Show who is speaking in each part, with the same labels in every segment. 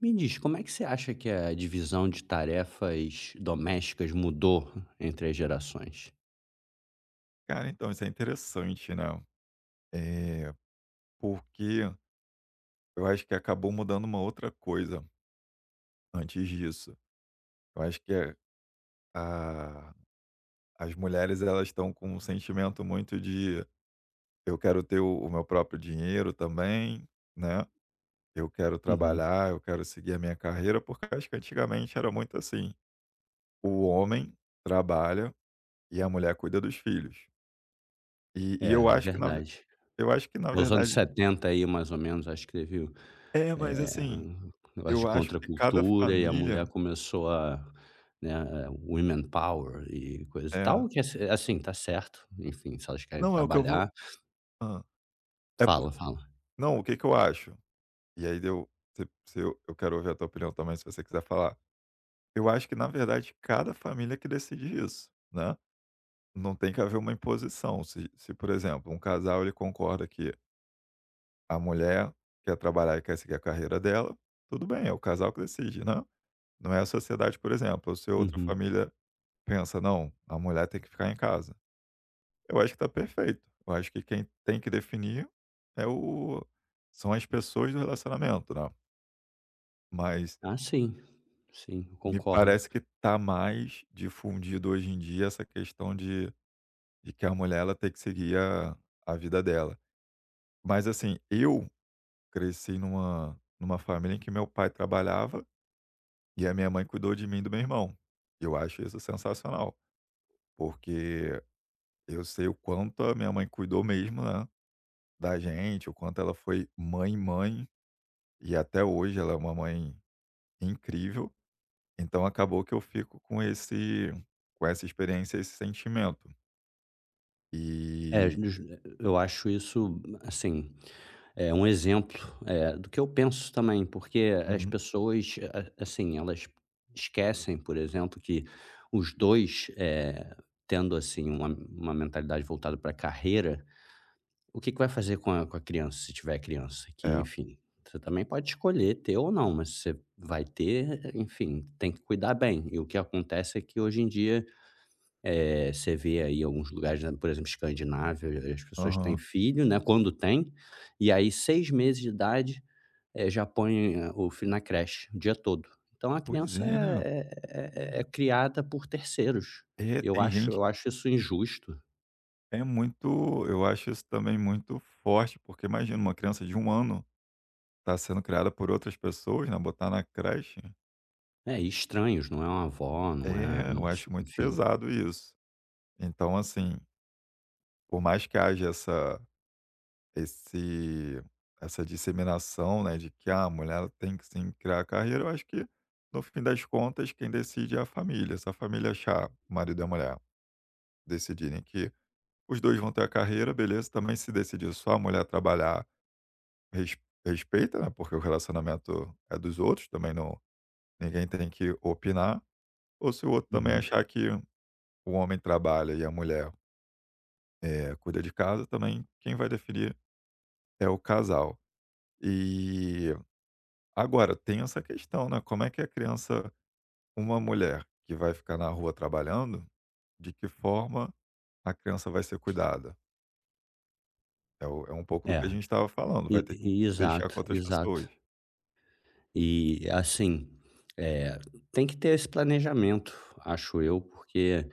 Speaker 1: Me diz, como é que você acha que a divisão de tarefas domésticas mudou entre as gerações?
Speaker 2: Cara, então, isso é interessante, né? É, porque eu acho que acabou mudando uma outra coisa antes disso. Eu acho que é a, as mulheres elas estão com um sentimento muito de eu quero ter o meu próprio dinheiro também, né? Eu quero
Speaker 1: Uhum.
Speaker 2: trabalhar, eu quero seguir a minha carreira, porque eu acho que antigamente era muito assim: o homem trabalha e a mulher cuida dos filhos. E,
Speaker 1: É,
Speaker 2: e eu
Speaker 1: é
Speaker 2: acho que
Speaker 1: verdade.
Speaker 2: eu acho que na
Speaker 1: Nos anos
Speaker 2: verdade
Speaker 1: 70 aí, mais ou menos, acho que teve.
Speaker 2: é, mas assim,
Speaker 1: Negócio
Speaker 2: eu
Speaker 1: de
Speaker 2: acho que cada
Speaker 1: contracultura e a
Speaker 2: família
Speaker 1: mulher começou a, né, women power e coisa e
Speaker 2: é.
Speaker 1: tal, que assim, tá certo, enfim, se elas querem
Speaker 2: Não, é o que eu vou,
Speaker 1: trabalhar.
Speaker 2: hã. É por
Speaker 1: Fala, fala.
Speaker 2: não, o que que eu acho? E aí deu se eu quero ouvir a tua opinião também, se você quiser falar. Eu acho que, na verdade, cada família que decide isso, né. Não tem que haver uma imposição. Se, por exemplo, um casal ele concorda que a mulher quer trabalhar e quer seguir a carreira dela, tudo bem, é o casal que decide, né. Não é a sociedade, por exemplo, ou se outra
Speaker 1: Uhum.
Speaker 2: família pensa: "Não, a mulher tem que ficar em casa". Eu acho que tá perfeito. Eu acho que quem tem que definir é o são as pessoas do relacionamento, né. Mas
Speaker 1: Ah, sim, sim, eu
Speaker 2: me
Speaker 1: concordo.
Speaker 2: parece que tá mais difundido hoje em dia essa questão de que a mulher ela tem que seguir a vida dela. Mas, assim, eu cresci numa família em que meu pai trabalhava e a minha mãe cuidou de mim e do meu irmão. Eu acho isso sensacional, porque eu sei o quanto a minha mãe cuidou mesmo, né, da gente, o quanto ela foi mãe. E até hoje ela é uma mãe incrível, então acabou que eu fico com esse com essa experiência, esse sentimento.
Speaker 1: É,
Speaker 2: E
Speaker 1: jus eu acho isso, assim, é um exemplo, do que eu penso também, porque as
Speaker 2: uhum,
Speaker 1: pessoas, a assim, elas esquecem, por exemplo, que os 2 tendo, assim, uma mentalidade voltada pra carreira, o que que vai fazer com a criança, se tiver criança? Que,
Speaker 2: é.
Speaker 1: enfim, você também pode escolher ter ou não, mas você vai ter, enfim, tem que cuidar bem. E o que acontece é que hoje em dia você vê aí alguns lugares, né, por exemplo, Escandinávia, as pessoas têm
Speaker 2: Aham.
Speaker 1: filho, né, quando tem, e aí 6 meses de idade, já põe o filho na creche o dia todo. Então a
Speaker 2: Pois
Speaker 1: criança
Speaker 2: é, né.
Speaker 1: é criada por terceiros.
Speaker 2: É,
Speaker 1: E eu
Speaker 2: tem
Speaker 1: acho
Speaker 2: gente
Speaker 1: eu acho isso injusto.
Speaker 2: é muito eu acho isso também muito forte, porque imagina uma criança de 1 ano tá sendo criada por outras pessoas, né, botar na creche.
Speaker 1: É, e estranhos, não é uma avó, não é,
Speaker 2: É, eu acho muito
Speaker 1: enfim.
Speaker 2: pesado isso. Então assim, por mais que haja esse essa disseminação, né, de que ah, a mulher ela tem que sim criar a carreira, eu acho que no fim das contas quem decide é a família. Se a família achar, o marido e a mulher, decidirem que os 2 vão ter a carreira, beleza. Também se decidir só a mulher trabalhar, res respeita, né, porque o relacionamento é dos outros, também não ninguém tem que opinar. Ou se o outro também
Speaker 1: Uhum.
Speaker 2: achar que o homem trabalha e a mulher, cuida de casa, também quem vai definir é o casal. E agora, tem essa questão, né, como é que a criança uma mulher que vai ficar na rua trabalhando, de que forma a criança vai ser cuidada? É o é um pouco do que a
Speaker 1: É,
Speaker 2: gente estava falando,
Speaker 1: e
Speaker 2: vai ter que
Speaker 1: e
Speaker 2: deixar
Speaker 1: exato,
Speaker 2: com outras pessoas.
Speaker 1: exato. E assim, eh, tem que ter esse planejamento, acho eu, porque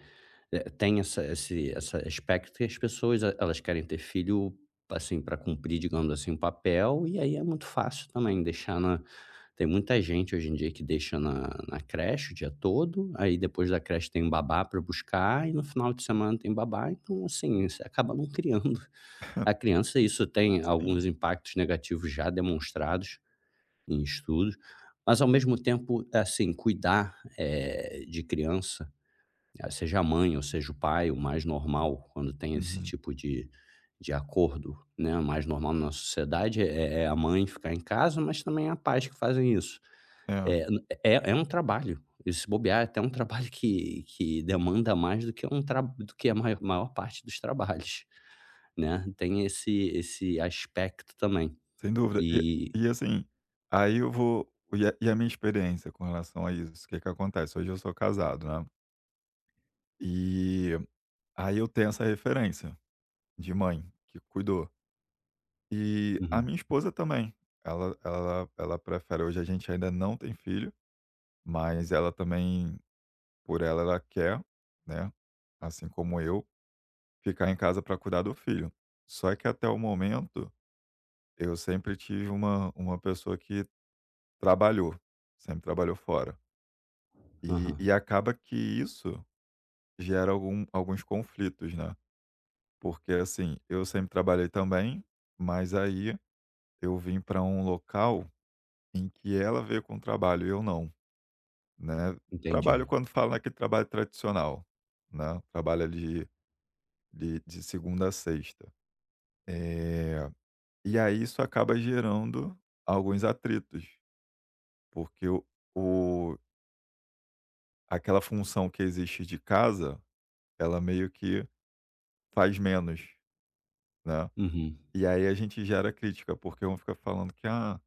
Speaker 1: Tem essa esse essa aspecto que as pessoas e elas querem ter filho, assim, para cumprir, digamos assim, um papel, e aí é muito fácil também deixar na. Tem muita gente hoje em dia que deixa na creche o dia todo, aí depois da creche tem um babá para buscar e no final de semana tem babá, então, assim, você acaba não criando a criança. Isso tem alguns
Speaker 2: Sim.
Speaker 1: impactos negativos já demonstrados em estudos, mas ao mesmo tempo, assim, cuidar, de criança, seja a mãe ou seja o pai, o mais normal quando tem esse
Speaker 2: Uhum.
Speaker 1: tipo de acordo, né, o mais normal na nossa sociedade é a mãe ficar em casa, mas também há pais que fazem isso.
Speaker 2: É,
Speaker 1: Eh, n é é um trabalho, e se bobear é até um trabalho que demanda mais do que um tra do que a maior parte dos trabalhos, né, tem esse aspecto também.
Speaker 2: sem dúvida.
Speaker 1: E
Speaker 2: E assim, aí eu vou e a minha experiência com relação a isso, o que que acontece, hoje eu sou casado, né, e aí eu tenho essa referência de mãe que cuidou. E a
Speaker 1: uhum,
Speaker 2: minha esposa também, ela ela prefere, hoje a gente ainda não tem filho, mas ela também por ela, ela quer, né, assim como eu, ficar em casa para cuidar do filho. Só que até o momento, eu sempre tive uma pessoa que trabalhou, sempre trabalhou fora.
Speaker 1: aham,
Speaker 2: E acaba que isso gera algum alguns conflitos, né, porque, assim, eu sempre trabalhei também, mas aí eu vim para um local em que ela veio com trabalho e eu não, né.
Speaker 1: entendi.
Speaker 2: Trabalho, quando falo, naquele trabalho tradicional, né, trabalho ali de segunda a sexta. Eh, e aí isso acaba gerando alguns atritos, porque o aquela função que existe de casa, ela meio que faz menos, né.
Speaker 1: Uhum.
Speaker 2: E aí a gente gera crítica, porque um fica falando que,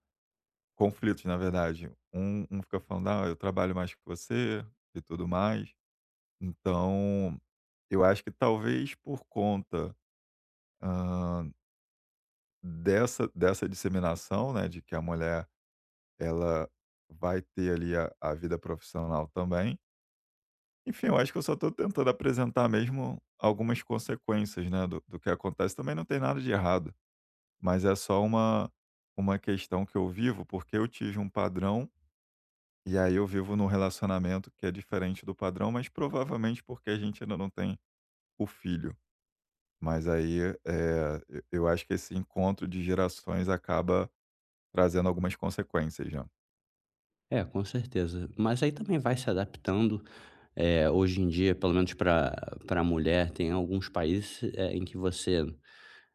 Speaker 2: conflitos, na verdade, um fica falando: "Ah, eu trabalho mais que você", e tudo mais. Então, eu acho que talvez por conta, hã, dessa disseminação, né, de que a mulher ela vai ter ali a vida profissional também. Enfim, eu acho que eu só estou tentando apresentar mesmo algumas consequências, né, do que acontece. Também não tem nada de errado, mas é só uma questão que eu vivo, porque eu tive um padrão, e aí eu vivo num relacionamento que é diferente do padrão, mas provavelmente porque a gente ainda não tem o filho. Mas aí, eu acho que esse encontro de gerações acaba trazendo algumas consequências, né.
Speaker 1: É, com certeza. Mas aí também vai se adaptando. É, hoje em dia, pelo menos para mulher, tem alguns países, em que você,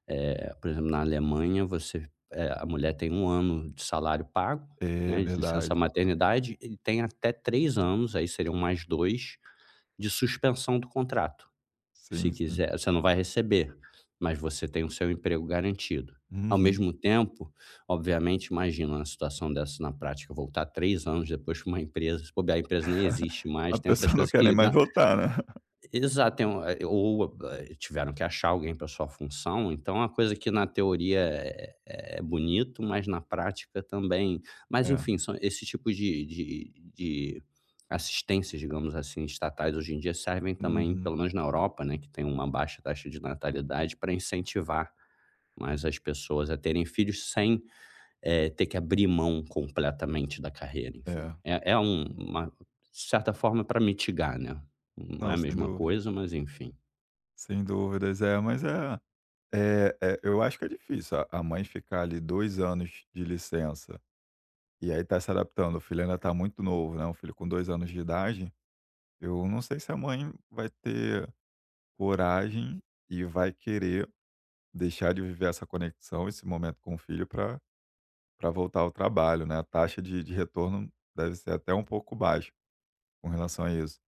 Speaker 1: por exemplo, na Alemanha, você, a mulher tem um ano de salário pago,
Speaker 2: É
Speaker 1: né, de licença
Speaker 2: verdade.
Speaker 1: maternidade, e tem até 3 anos, aí seriam mais 2, de suspensão do contrato. Se
Speaker 2: Sim, sim.
Speaker 1: quiser você não vai receber, mas você tem o seu emprego garantido. Ao
Speaker 2: Uhum.
Speaker 1: mesmo tempo, obviamente, imagina uma situação dessa na prática, voltar 3 anos depois para uma empresa, se bobear a empresa nem existe mais,
Speaker 2: A
Speaker 1: tem essas
Speaker 2: pessoa não
Speaker 1: coisas
Speaker 2: quer nem
Speaker 1: que
Speaker 2: mais
Speaker 1: na.
Speaker 2: voltar, né.
Speaker 1: Exato, tem um ou tiveram que achar alguém para sua função, então é uma coisa que na teoria é bonito, mas na prática também, mas
Speaker 2: É.
Speaker 1: enfim, são esse tipo de assistências, digamos assim, estatais hoje em dia servem também,
Speaker 2: Uhum.
Speaker 1: pelo menos na Europa, né, que tem uma baixa taxa de natalidade, para incentivar mais as pessoas a terem filhos sem ter que abrir mão completamente da carreira, enfim.
Speaker 2: É.
Speaker 1: É uma certa forma para mitigar, né. Não é a
Speaker 2: Não, sem
Speaker 1: mesma
Speaker 2: dúvida.
Speaker 1: coisa, mas enfim.
Speaker 2: Sem dúvidas. É, mas é é, é, eu acho que é difícil a mãe ficar ali 2 anos de licença, e aí tá se adaptando, o filho ainda tá muito novo, né, um filho com 2 anos de idade, eu não sei se a mãe vai ter coragem e vai querer deixar de viver essa conexão, esse momento com o filho para para voltar ao trabalho, né, a taxa de retorno deve ser até um pouco baixa com relação a isso.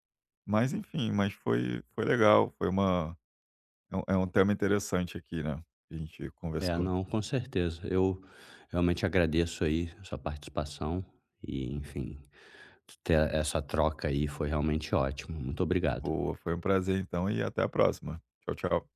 Speaker 2: Mas enfim, mas foi foi legal, foi uma é um tema interessante aqui, né, que a gente
Speaker 1: É,
Speaker 2: conversou.
Speaker 1: não, com certeza. Eu realmente agradeço aí a sua participação e, enfim, ter essa troca aí foi realmente ótimo. Muito obrigado.
Speaker 2: Boa, foi um prazer então e até a próxima. Tchau, tchau.